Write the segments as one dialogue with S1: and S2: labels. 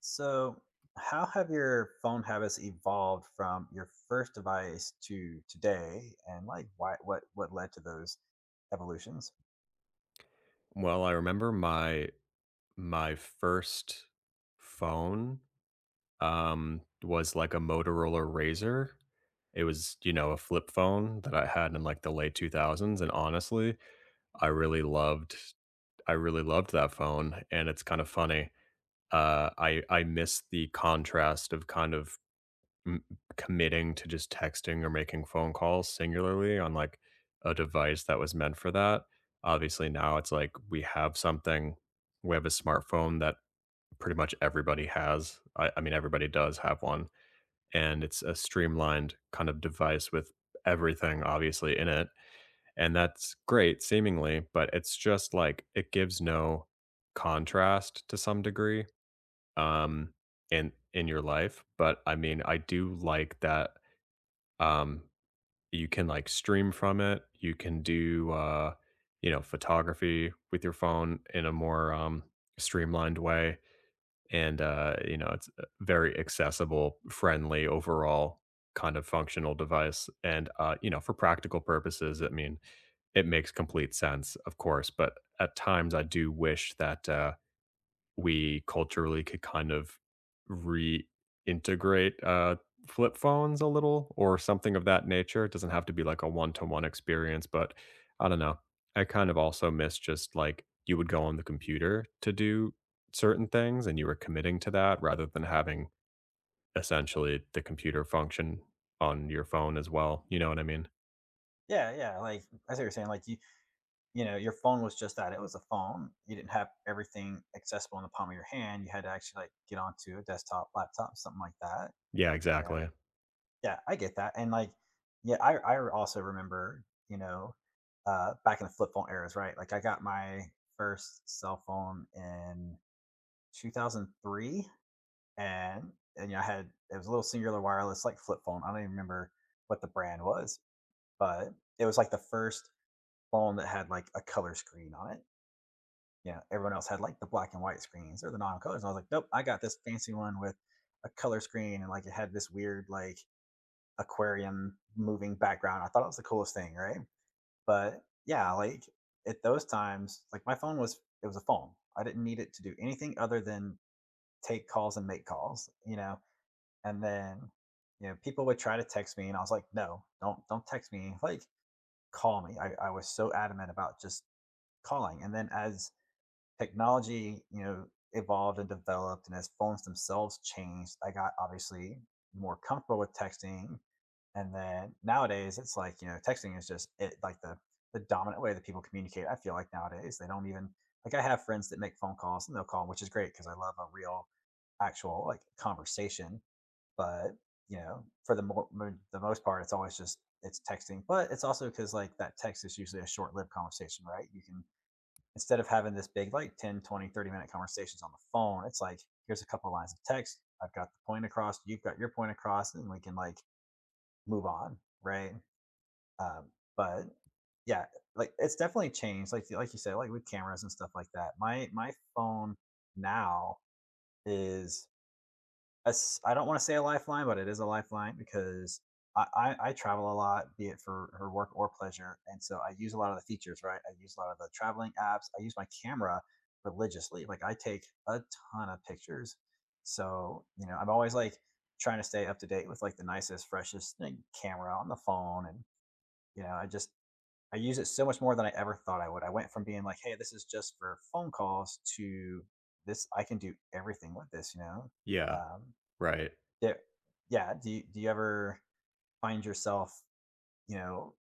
S1: So, how have your phone habits evolved from your first device to today, and like why what led to those evolutions?
S2: Well, I remember my first phone, was like a Motorola Razor. It was, you know, a flip phone that I had in, like, the late 2000s, and honestly, I really loved I really loved that phone, and it's kind of funny. I miss the contrast of kind of M committing to just texting or making phone calls singularly on, like, a device that was meant for that. Obviously, now it's like we have a smartphone that pretty much everybody has. I mean, everybody does have one, and it's a streamlined kind of device with everything obviously in it, and that's great seemingly, but it's just like it gives no contrast to some degree, um, in your life, but, I mean, I do like that um, you can like stream from it. You can do, you know, photography with your phone in a more streamlined way. And, you know, it's a very accessible, friendly overall kind of functional device. And, you know, for practical purposes, I mean, it makes complete sense, of course. But at times I do wish that, we culturally could kind of reintegrate flip phones a little or something of that nature. It doesn't have to be like a one to one experience, but I don't know. I kind of also miss just like you would go on the computer to do certain things and you were committing to that rather than having essentially the computer function on your phone as well. You know what I mean?
S1: Yeah, yeah. Like as you were saying, like you know your phone was just that. It was a phone. You didn't have everything accessible in the palm of your hand. You had to actually like get onto a desktop, laptop, something like that.
S2: Yeah,
S1: Yeah,
S2: exactly.
S1: yeah. I get that. And like yeah, I also remember you know back in the flip phone eras, right? Like I got my first cell phone in 2003 and and yeah, I had it was a little singular wireless like flip phone. I don't even remember what the brand was, but it was like the first phone that had like a color screen on it. Yeah, everyone else had like the black and white screens or the non-colors. And I was like, nope, I got this fancy one with a color screen and like it had this weird like aquarium moving background. I thought it was the coolest thing, right? But yeah, like at those times, like my phone was a phone. I didn't need it to do anything other than take calls and make calls. And then, people would try to text me and I was like, no, don't text me. Like call me. I was so adamant about just calling. And then as technology, evolved and developed and as phones themselves changed, I got obviously more comfortable with texting. And then nowadays it's like, texting is just it like the dominant way that people communicate. I feel like nowadays they don't even like I have friends that make phone calls and they'll call, which is great because I love a real actual like conversation, but for the the most part, it's always just it's texting. But it's also because like that text is usually a short-lived conversation, right? You can, instead of having this big like 10, 20, 30 minute conversations on the phone, it's like here's a couple of lines of text. I've got the point across. You've got your point across, and we can like move on, right? Um, but yeah, like it's definitely changed. Like you said, like with cameras and stuff like that. My phone now is I don't want to say a lifeline, but it is a lifeline because I travel a lot, be it for work or pleasure. And so I use a lot of the features, right? I use a lot of the traveling apps. I use my camera religiously. Like I take a ton of pictures. So, I'm always like trying to stay up to date with like the nicest, freshest thing, camera on the phone. And, you know, I just, I use it so much more than I ever thought I would. I went from being like, hey, this is just for phone calls to this, I can do everything with this, you know?
S2: Yeah,
S1: Um,
S2: right.
S1: yeah. Yeah, do you ever find yourself, you know,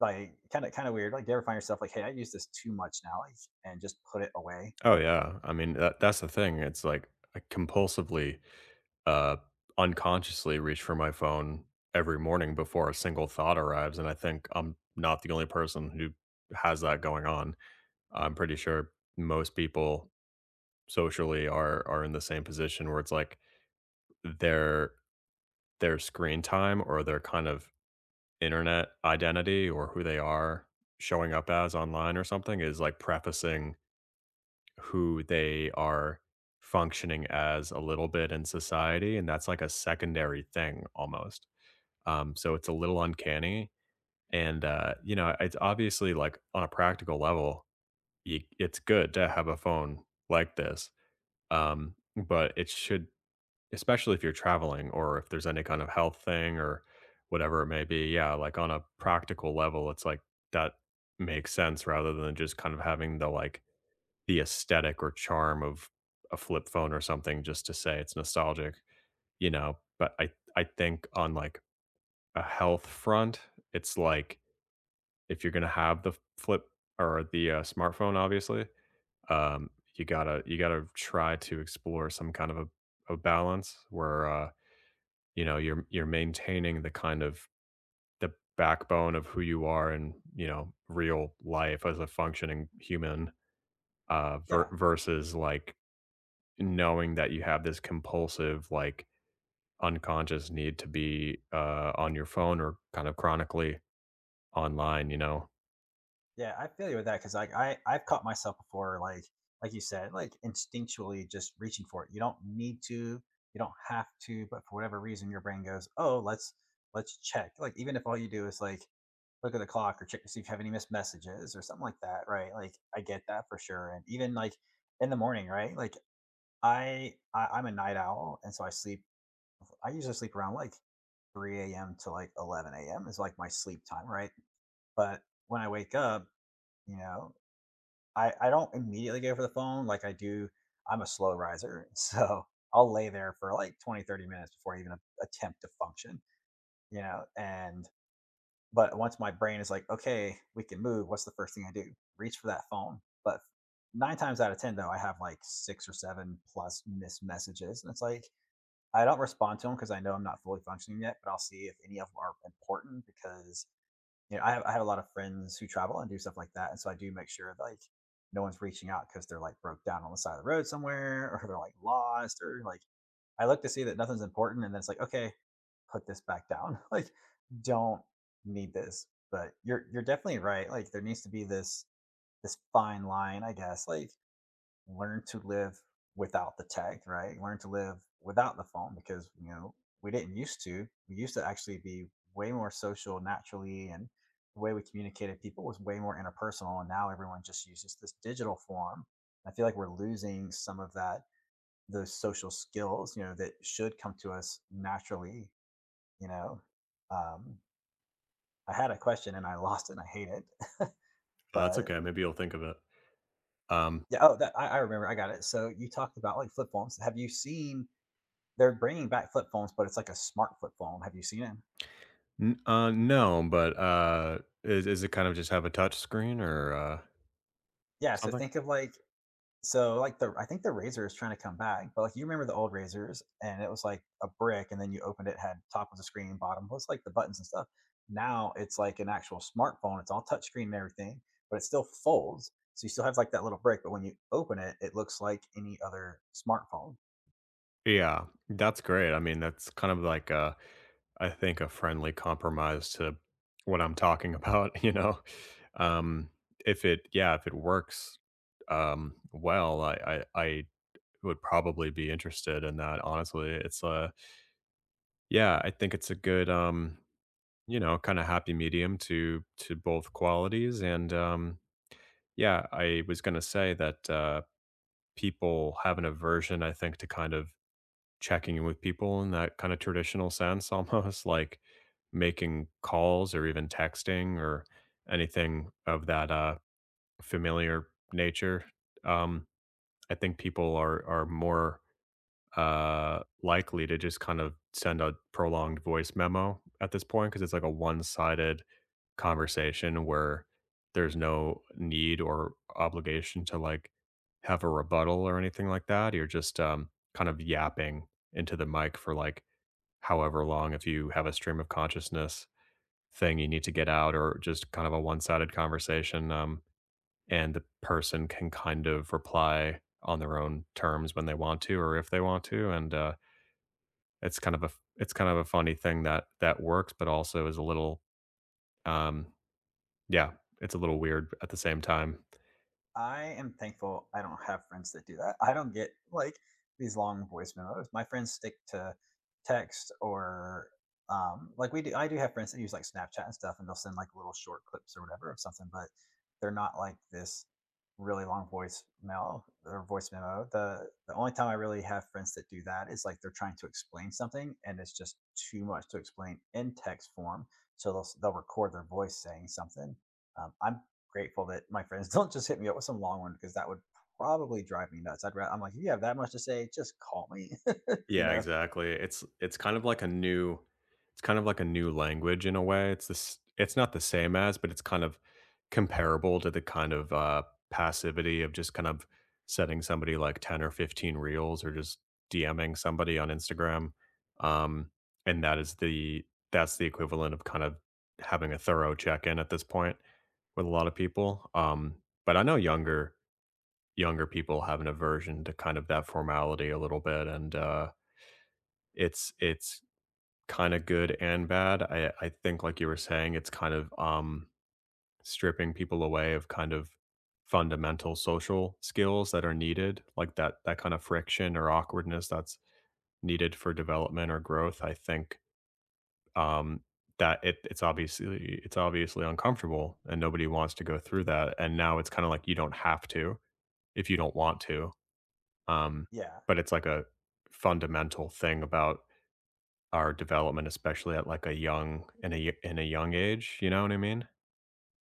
S1: like, kinda weird, like, do you ever find yourself like, "Hey, I use this too much now," like, and just put it away?
S2: Oh yeah. I mean that's the thing. It's like I compulsively uh, unconsciously reach for my phone every morning before a single thought arrives, and I think I'm not the only person who has that going on. I'm pretty sure most people socially are in the same position where it's like their their screen time or their kind of internet identity or who they are showing up as online or something is like prefacing who they are functioning as a little bit in society, and that's like a secondary thing almost. So it's a little uncanny. And, you know, it's obviously like on a practical level, you, it's good to have a phone like this. But it should, especially if you're traveling or if there's any kind of health thing or whatever it may be. Yeah. Like on a practical level, it's like that makes sense rather than just kind of having the like the aesthetic or charm of a flip phone or something just to say it's nostalgic, you know. I think on like a health front, it's like if you're gonna have the flip or the smartphone, obviously, um, you gotta try to explore some kind of a balance where you know you're maintaining the kind of the backbone of who you are in you know real life as a functioning human
S1: Yeah.
S2: versus like knowing that you have this compulsive like unconscious need to be on your phone or kind of chronically online. You know,
S1: Yeah, I feel you with that because like, I've caught myself before, like you said, like, instinctually just reaching for it. You don't need to, you don't have to, but for whatever reason, your brain goes, "Oh, let's check." Like, even if all you do is, like, look at the clock or check to see if you have any missed messages or something like that, right? Like, I get that for sure, and even, like, in the morning, right? Like I'm a night owl, and so I sleep. I usually sleep around like 3 a.m. to like 11 a.m. is like my sleep time, right? But when I wake up, you know, I don't immediately go for the phone like I do. I'm a slow riser, so I'll lay there for like 20, 30 minutes before I even attempt to function. And but once my brain is like, okay, we can move. What's the first thing I do? Reach for that phone. But nine times out of ten, though, I have like six or seven plus missed messages, and it's like I don't respond to them because I know I'm not fully functioning yet, but I'll see if any of them are important because I have a lot of friends who travel and do stuff like that, and so I do make sure like no one's reaching out because they're like broke down on the side of the road somewhere or they're like lost or like I look to see that nothing's important, and then it's like okay, put this back down. Like, don't need this, but you're definitely right. Like, there needs to be this fine line, I guess. Like, learn to live without the tech, right? Learn to live without the phone because we didn't used to. We used to actually be way more social naturally, and the way we communicated people was way more interpersonal. And now everyone just uses this digital form. I feel like we're losing some of that, those social skills, that should come to us naturally. You know, um, I had a question and I lost it, and I hate it,
S2: oh, that's
S1: but
S2: okay. Maybe you'll think of it. Um,
S1: yeah. Oh, that I remember. I got it. So you talked about like flip phones. Have you seen, they're bringing back flip phones, but it's like a smart flip phone. Have you seen it?
S2: no, but is it kind of just have a touch screen or
S1: Yeah. So
S2: something?
S1: think of like, so like the, I think the razor is trying to come back, but like you remember the old razors and it was like a brick, and then you opened it, had top of the screen, bottom was like the buttons and stuff. Now it's like an actual smartphone. It's all touchscreen and everything, but it still folds. So you still have like that little brick, but when you open it, it looks like any other smartphone.
S2: Yeah, that's great. I mean, that's kind of like I think a friendly compromise to what I'm talking about. You know, um, if it yeah, if it works well, I would probably be interested in that. Honestly, it's yeah, I think it's a good you know kind of happy medium to both qualities and um. Yeah, I was going to say that, people have an aversion, I think, to kind of checking in with people in that kind of traditional sense, almost like making calls or even texting or anything of that familiar nature. Um, I think people are more likely to just kind of send a prolonged voice memo at this point because it's like a one-sided conversation where there's no need or obligation to like have a rebuttal or anything like that. You're just kind of yapping into the mic for like however long if you have a stream of consciousness thing you need to get out or just kind of a one-sided conversation, and the person can kind of reply on their own terms when they want to or if they want to, and it's kind of a it's kind of a funny thing that that works, but also is a little, um yeah, it's a little weird at the same time.
S1: I am thankful I don't have friends that do that. I don't get like these long voice memos. My friends stick to text, or like, we do I do have friends that use like Snapchat and stuff and they'll send like little short clips or whatever of something, but they're not like this really long voice mail or voice memo. The only time I really have friends that do that is like they're trying to explain something and it's just too much to explain in text form. So they'll they'll record their voice saying something. I'm grateful that my friends don't just hit me up with some long one because that would probably drive me nuts. I'm like, if you have that much to say, just call me. You
S2: Yeah,
S1: know?
S2: exactly. It's kind of like a new language in a way. It's not the same as, but it's kind of comparable to the kind of passivity of just kind of setting somebody like 10 or 15 reels or just DMing somebody on Instagram. Um and that is the That's the equivalent of kind of having a thorough check-in at this point with a lot of people. But I know younger people have an aversion to kind of that formality a little bit, and it's kinda good and bad. I think like you were saying, it's kind of, stripping people away of kind of fundamental social skills that are needed, like that kind of friction or awkwardness that's needed for development or growth. I think, um, that it it's obviously uncomfortable and nobody wants to go through that, and now it's kinda like you don't have to if you don't want to, um,
S1: Yeah.
S2: but it's like a fundamental thing about our development, especially at like a young in a y in a young age, you know what I mean?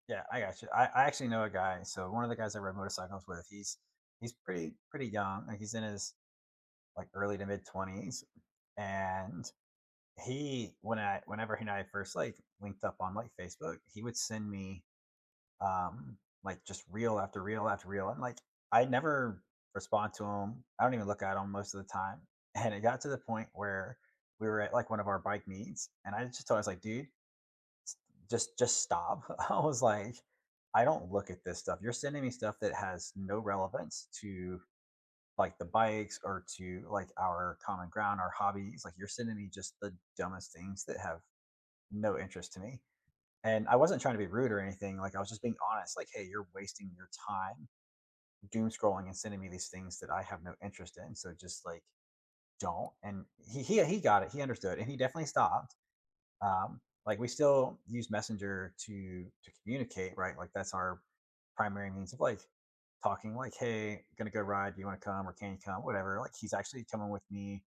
S1: Yeah, I got you. I actually know a guy. So one of the guys I ride motorcycles with, he's pretty pretty young. Like he's in his like early to mid twenties. And he when I whenever he and I first like linked up on like Facebook, he would send me um, like just reel after reel after reel. And like I never respond to them. I don't even look at them most of the time. And it got to the point where we were at like one of our bike meets, and I was like, dude, just stop. I was like, I don't look at this stuff. You're sending me stuff that has no relevance to like the bikes or to like our common ground, our hobbies. Like, you're sending me just the dumbest things that have no interest to me, and I wasn't trying to be rude or anything. Like, I was just being honest. Like, hey, you're wasting your time doom scrolling and sending me these things that I have no interest in. So just like, don't. And he got it. He understood, and he definitely stopped. Um, like, we still use Messenger to communicate, right? Like, that's our primary means of like talking. Like, hey, gonna go ride. Do you want to come or can you come? Whatever. Like, he's actually coming with me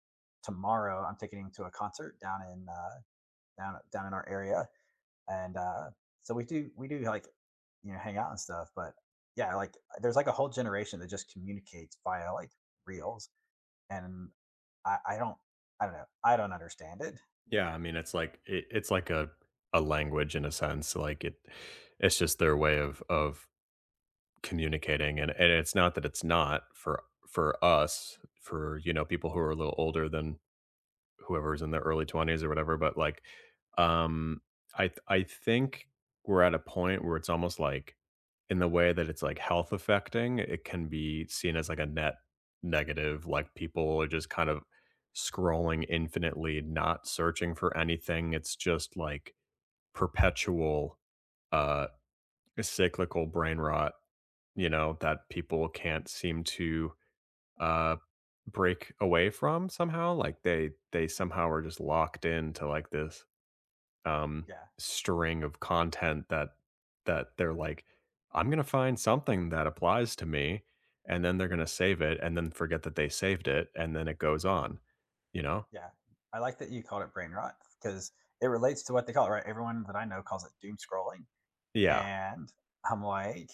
S1: tomorrow. I'm taking him to a concert down in down in our area, and so we do like, hang out and stuff, but yeah, like there's like a whole generation that just communicates via like reels, and I don't, I don't know, I don't understand it.
S2: Yeah, I mean, it's like a language in a sense, like it it's just their way of communicating, and it's not that it's not for us, for, you know, people who are a little older than whoever's in their early 20s or whatever, but, like, um, I think we're at a point where it's almost like in the way that it's, like, health affecting, it can be seen as, like, a net negative, like, people are just kind of scrolling infinitely, not searching for anything. It's just, like, perpetual, uh, cyclical brain rot, you know, that people can't seem to uh, break away from somehow. Like they somehow are just locked into like this um
S1: Yeah,
S2: string of content that that they're like, I'm gonna find something that applies to me, and then they're gonna save it and then forget that they saved it, and then it goes on, you know?
S1: yeah, I like that you called it brain rot, because it relates to what they call it, right? Everyone that I know calls it doom scrolling,
S2: Yeah.
S1: and I'm like,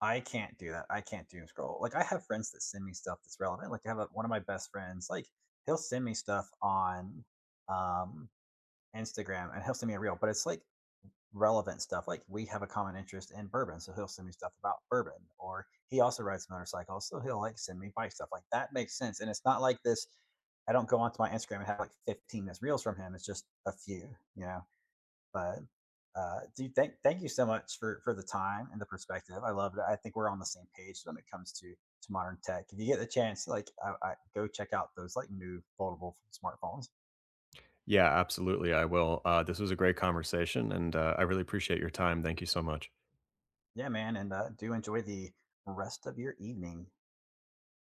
S1: I can't do that. I can't doom scroll. Like, I have friends that send me stuff that's relevant. Like, one of my best friends, like, he'll send me stuff on um Instagram and he'll send me a reel, but it's like relevant stuff. Like, we have a common interest in bourbon, so he'll send me stuff about bourbon. Or he also rides motorcycles, so he'll like send me bike stuff. Like, that makes sense, and it's not like this. I don't go onto my Instagram and have like 15 missed reels from him. It's just a few, you know. But do thank you so much for the time and the perspective. I love it. I think we're on the same page when it comes to modern tech. If you get the chance, like, I go check out those like new foldable smartphones.
S2: Yeah, absolutely. I will. This was a great conversation, and I really appreciate your time. Thank you so much.
S1: Yeah, man, and do enjoy the rest of your evening.